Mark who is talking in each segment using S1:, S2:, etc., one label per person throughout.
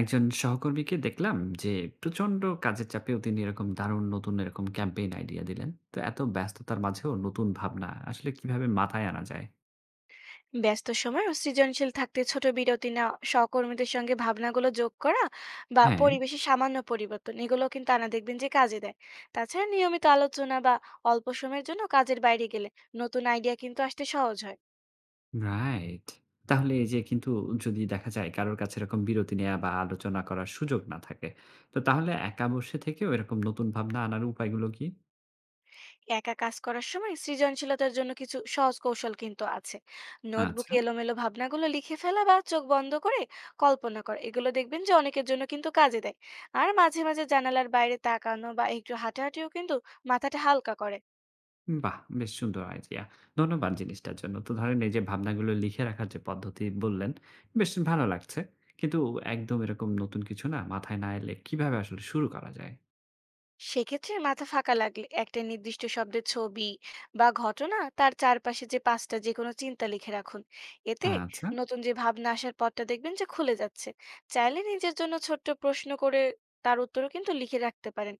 S1: একজন সহকর্মীকে দেখলাম যে প্রচন্ড কাজের চাপেও তিনি এরকম দারুণ নতুন এরকম ক্যাম্পেইন আইডিয়া দিলেন। তো এত ব্যস্ততার মাঝেও নতুন ভাবনা আসলে কিভাবে মাথায় আনা যায়?
S2: ব্যস্ত সময় ও সৃজনশীল থাকতে ছোট বিরতি নেওয়া, সহকর্মীদের সঙ্গে ভাবনাগুলো যোগ করা বা
S1: হ্যাঁ।
S2: পরিবেশে সামান্য পরিবর্তন, এগুলো কিন্তু আনা দেখবেন যে কাজে দেয়। তাছাড়া নিয়মিত আলোচনা বা অল্প সময়ের জন্য কাজের বাইরে গেলে নতুন আইডিয়া কিন্তু আসতে সহজ হয়।
S1: রাইট। তাহলে এই যে কিন্তু, যদি দেখা যায় কারোর কাছে এরকম বিরতি নেওয়া বা আলোচনা করার সুযোগ না থাকে, তো তাহলে একা বসে থেকেও এরকম নতুন ভাবনা আনার উপায়গুলো কি?
S2: একা কাজ করার সময় সৃজনশীলতার জন্য কিছু সহজ কৌশল কিন্তু আছে। নোটবুকে
S1: আচ্ছা।
S2: এলোমেলো ভাবনাগুলো লিখে ফেলা বা চোখ বন্ধ করে কল্পনা করা, এগুলো দেখবেন যে অনেকের জন্য কিন্তু কাজে দেয়। আর মাঝে মাঝে জানালার বাইরে তাকানো বা একটু হাঁটাহাঁটিও কিন্তু মাথাটা হালকা করে।
S1: বাহ! বেশ সুন্দর আইডিয়া। ধন্যবাদ জিনিসটার জন্য। তো ধরেন এই যে ভাবনাগুলো লিখে রাখার যে পদ্ধতি বললেন, বেশ ভালো লাগছে। কিন্তু একদম এরকম নতুন কিছু না মাথায় না এলে কিভাবে আসলে শুরু করা যায়?
S2: সেক্ষেত্রে মাথা ফাঁকা লাগলে একটা নির্দিষ্ট শব্দের ছবি বা ঘটনা, তার চারপাশে যে পাঁচটা যে কোনো চিন্তা লিখে রাখুন। এতে
S1: আচ্ছা।
S2: নতুন যে ভাবনা আসার পথটা দেখবেন যে খুলে যাচ্ছে। চাইলে নিজের জন্য ছোট্ট প্রশ্ন করে তার উত্তরও কিন্তু লিখে রাখতে পারেন।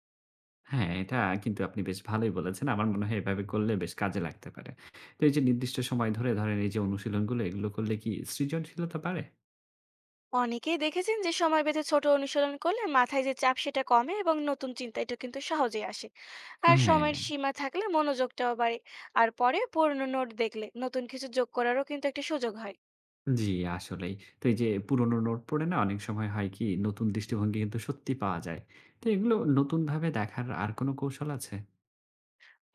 S1: হ্যাঁ, এটা কিন্তু আপনি বেশ ভালোই বলেছেন। আমার মনে হয় এভাবে করলে বেশ কাজে লাগতে পারে। তো এই যে নির্দিষ্ট সময় ধরে ধরেন এই যে অনুশীলনগুলো এগুলো করলে কি সৃজনশীলতা বাড়ে?
S2: অনেকেই দেখেছেন যে সময় বেঁধে ছোট অনুশীলন করলে মাথায় যে চাপ সেটা কমে এবং নতুন চিন্তা এটা কিন্তু সহজেই আসে। আর সময়ের
S1: হ্যাঁ।
S2: সীমা থাকলে মনোযোগটাও বাড়ে। আর পরে পুরনো নোট দেখলে নতুন কিছু যোগ করারও কিন্তু একটা সুযোগ হয়।
S1: জি, আসলেই। তো এই যে পুরোনো নোট পড়ে না অনেক সময় হয় কি নতুন দৃষ্টিভঙ্গি কিন্তু সত্যি পাওয়া যায়। তো এগুলো নতুনভাবে দেখার আর কোনো কৌশল আছে?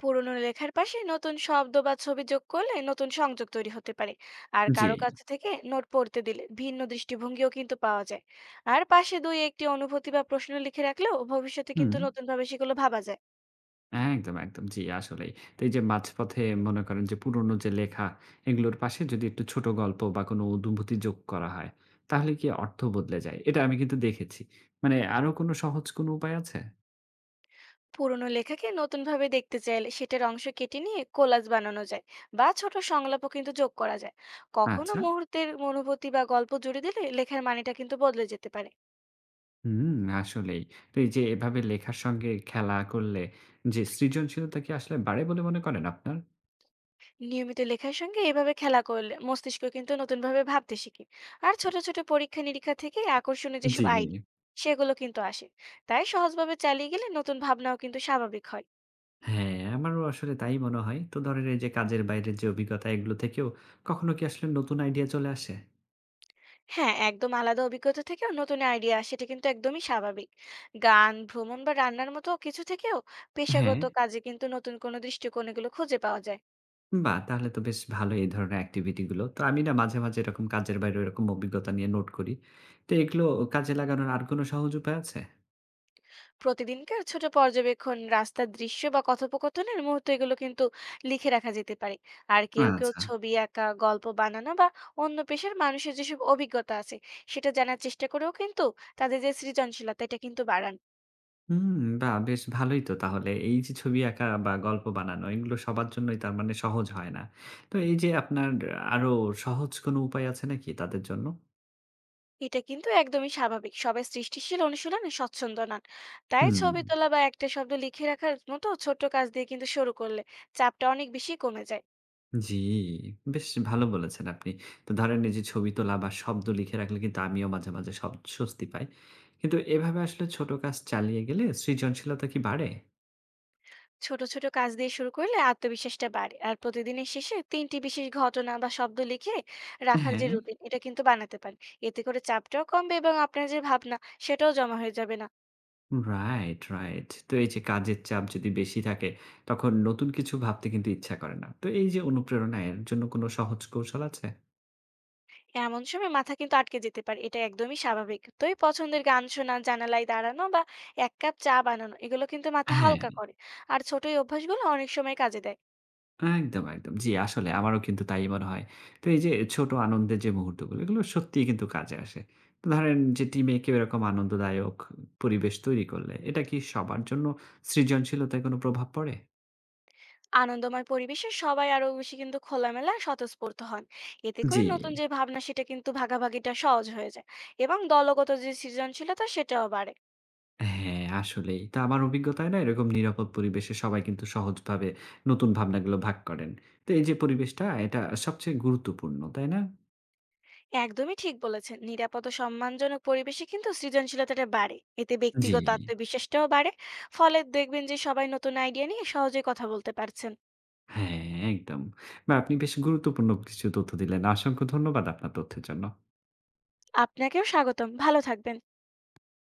S2: পুরোনো লেখার পাশে নতুন শব্দ বা ছবি যোগ করলে নতুন সংযোগ তৈরি হতে পারে। আর
S1: জি।
S2: কারো কাছ থেকে নোট পড়তে দিলে ভিন্ন দৃষ্টিভঙ্গিও কিন্তু পাওয়া যায়। আর পাশে দুই একটি অনুভূতি বা প্রশ্ন লিখে রাখলেও ভবিষ্যতে
S1: হুম।
S2: কিন্তু নতুনভাবে সেগুলো ভাবা যায়।
S1: একদম, একদম। জি, আসলেই। তো এই যে মাঝপথে মনে করেন যে পুরোনো যে লেখা এগুলোর পাশে যদি একটু ছোট গল্প বা কোনো অনুভূতি যোগ করা হয়, তাহলে কি অর্থ বদলে যায়? এটা আমি কিন্তু দেখেছি। মানে আরো কোনো সহজ কোনো উপায় আছে?
S2: পুরোনো লেখাকে নতুনভাবে দেখতে চাইলে সেটার অংশ কেটে নিয়ে কোলাজ বানানো যায় বা ছোট সংলাপও কিন্তু যোগ করা যায়। কখনো
S1: আচ্ছা।
S2: মুহূর্তের অনুভূতি বা গল্প জুড়ে দিলে লেখার মানেটা কিন্তু বদলে যেতে পারে।
S1: হুম, আসলেই। তো এই যে এভাবে লেখার সঙ্গে খেলা করলে যে সৃজনশীলতা কি আসলে বাড়ে বলে মনে করেন আপনার?
S2: নিয়মিত লেখার সঙ্গে এভাবে খেলা করলে মস্তিষ্ক কিন্তু নতুন ভাবে ভাবতে শিখে। আর ছোট ছোট পরীক্ষা নিরীক্ষা থেকে আকর্ষণীয়
S1: জি।
S2: যেসব আইডিয়া, সেগুলো কিন্তু আসে। তাই সহজভাবে চালিয়ে গেলে নতুন ভাবনাও কিন্তু স্বাভাবিক হয়।
S1: হ্যাঁ, আমারও আসলে তাই মনে হয়। তো ধরেন এই যে কাজের বাইরের যে অভিজ্ঞতা এগুলো থেকেও কখনো কি আসলে নতুন আইডিয়া চলে আসে?
S2: হ্যাঁ, একদম আলাদা অভিজ্ঞতা থেকেও নতুন আইডিয়া, সেটা কিন্তু একদমই স্বাভাবিক। গান, ভ্রমণ বা রান্নার মতো কিছু থেকেও
S1: হ্যাঁ।
S2: পেশাগত কাজে কিন্তু নতুন কোনো দৃষ্টিকোণ, এগুলো খুঁজে পাওয়া যায়।
S1: বাহ! তাহলে তো বেশ ভালো এই ধরনের এক্টিভিটি গুলো। তো আমি না মাঝে, মাঝে এরকম কাজের বাইরে এরকম অভিজ্ঞতা নিয়ে নোট করি। তো এগুলো কাজে লাগানোর আর কোনো সহজ উপায় আছে?
S2: প্রতিদিনকার ছোট পর্যবেক্ষণ, রাস্তার দৃশ্য বা কথোপকথনের মুহূর্ত, এগুলো কিন্তু লিখে রাখা যেতে পারে। আর কেউ কেউ
S1: আচ্ছা।
S2: ছবি আঁকা, গল্প বানানো বা অন্য পেশার মানুষের যেসব অভিজ্ঞতা আছে সেটা জানার চেষ্টা করেও কিন্তু তাদের যে সৃজনশীলতা এটা কিন্তু বাড়ান।
S1: হুম, বাহ! বেশ ভালোই তো তাহলে। এই যে ছবি আঁকা বা গল্প বানানো এগুলো সবার জন্যই তার মানে সহজ হয় না। তো এই যে আপনার আরো সহজ কোনো উপায় আছে নাকি তাদের জন্য?
S2: এটা কিন্তু একদমই স্বাভাবিক, সবাই সৃষ্টিশীল অনুশীলনে স্বচ্ছন্দ নন। তাই
S1: হুম।
S2: ছবি তোলা বা একটা শব্দ লিখে রাখার মতো ছোট কাজ দিয়ে কিন্তু শুরু করলে চাপটা অনেক বেশি কমে যায়।
S1: জি, বেশ ভালো বলেছেন আপনি। তো ধরেন এই যে ছবি তোলা বা শব্দ লিখে রাখলে কিন্তু আমিও মাঝে, মাঝে সব স্বস্তি পাই। কিন্তু এভাবে আসলে ছোট কাজ চালিয়ে গেলে সৃজনশীলতা কি বাড়ে?
S2: ছোট ছোট কাজ দিয়ে শুরু করলে আত্মবিশ্বাসটা বাড়ে। আর প্রতিদিনের শেষে তিনটি বিশেষ ঘটনা বা শব্দ লিখে রাখার যে
S1: হ্যাঁ।
S2: রুটিন, এটা কিন্তু বানাতে পারেন। এতে করে চাপটাও কমবে এবং আপনার যে ভাবনা সেটাও জমা হয়ে যাবে না।
S1: Right, right. তো এই যে কাজের চাপ যদি বেশি থাকে, তখন নতুন কিছু ভাবতে কিন্তু ইচ্ছা করে না। তো এই যে অনুপ্রেরণা এর জন্য কোনো সহজ কৌশল আছে?
S2: এমন সময় মাথা কিন্তু আটকে যেতে পারে, এটা একদমই স্বাভাবিক। তো এই পছন্দের গান শোনা, জানালায় দাঁড়ানো বা এক কাপ চা বানানো, এগুলো কিন্তু মাথা
S1: হ্যাঁ,
S2: হালকা করে। আর ছোট এই অভ্যাসগুলো অনেক সময় কাজে দেয়।
S1: একদম, একদম। জি, আসলে আমারও কিন্তু তাই মনে হয়। তো এই যে ছোট আনন্দের যে মুহূর্তগুলো, এগুলো সত্যিই কিন্তু কাজে আসে। তো ধরেন যে টিমে কেউ এরকম আনন্দদায়ক পরিবেশ তৈরি করলে, এটা কি সবার জন্য সৃজনশীলতায় কোনো প্রভাব পড়ে?
S2: আনন্দময় পরিবেশে সবাই আরো বেশি কিন্তু খোলামেলা আর স্বতঃস্ফূর্ত হন। এতে করে
S1: জি।
S2: নতুন যে ভাবনা, সেটা কিন্তু ভাগাভাগিটা সহজ হয়ে যায় এবং দলগত যে সৃজনশীলতা সেটাও বাড়ে।
S1: হ্যাঁ, আসলেই। তো আমার অভিজ্ঞতায় না এরকম নিরাপদ পরিবেশে সবাই কিন্তু সহজভাবে নতুন ভাবনাগুলো ভাগ করেন। তো এই যে পরিবেশটা এটা সবচেয়ে গুরুত্বপূর্ণ, তাই না?
S2: একদমই ঠিক বলেছেন, নিরাপদ ও সম্মানজনক পরিবেশে কিন্তু সৃজনশীলতাটা বাড়ে, এতে
S1: জি।
S2: ব্যক্তিগত আত্মবিশ্বাসটাও বাড়ে। ফলে দেখবেন যে সবাই নতুন আইডিয়া নিয়ে সহজে কথা বলতে পারছেন।
S1: হ্যাঁ, একদম। বা আপনি বেশ গুরুত্বপূর্ণ কিছু তথ্য দিলেন। অসংখ্য ধন্যবাদ আপনার তথ্যের জন্য।
S2: আপনাকেও স্বাগতম, ভালো থাকবেন।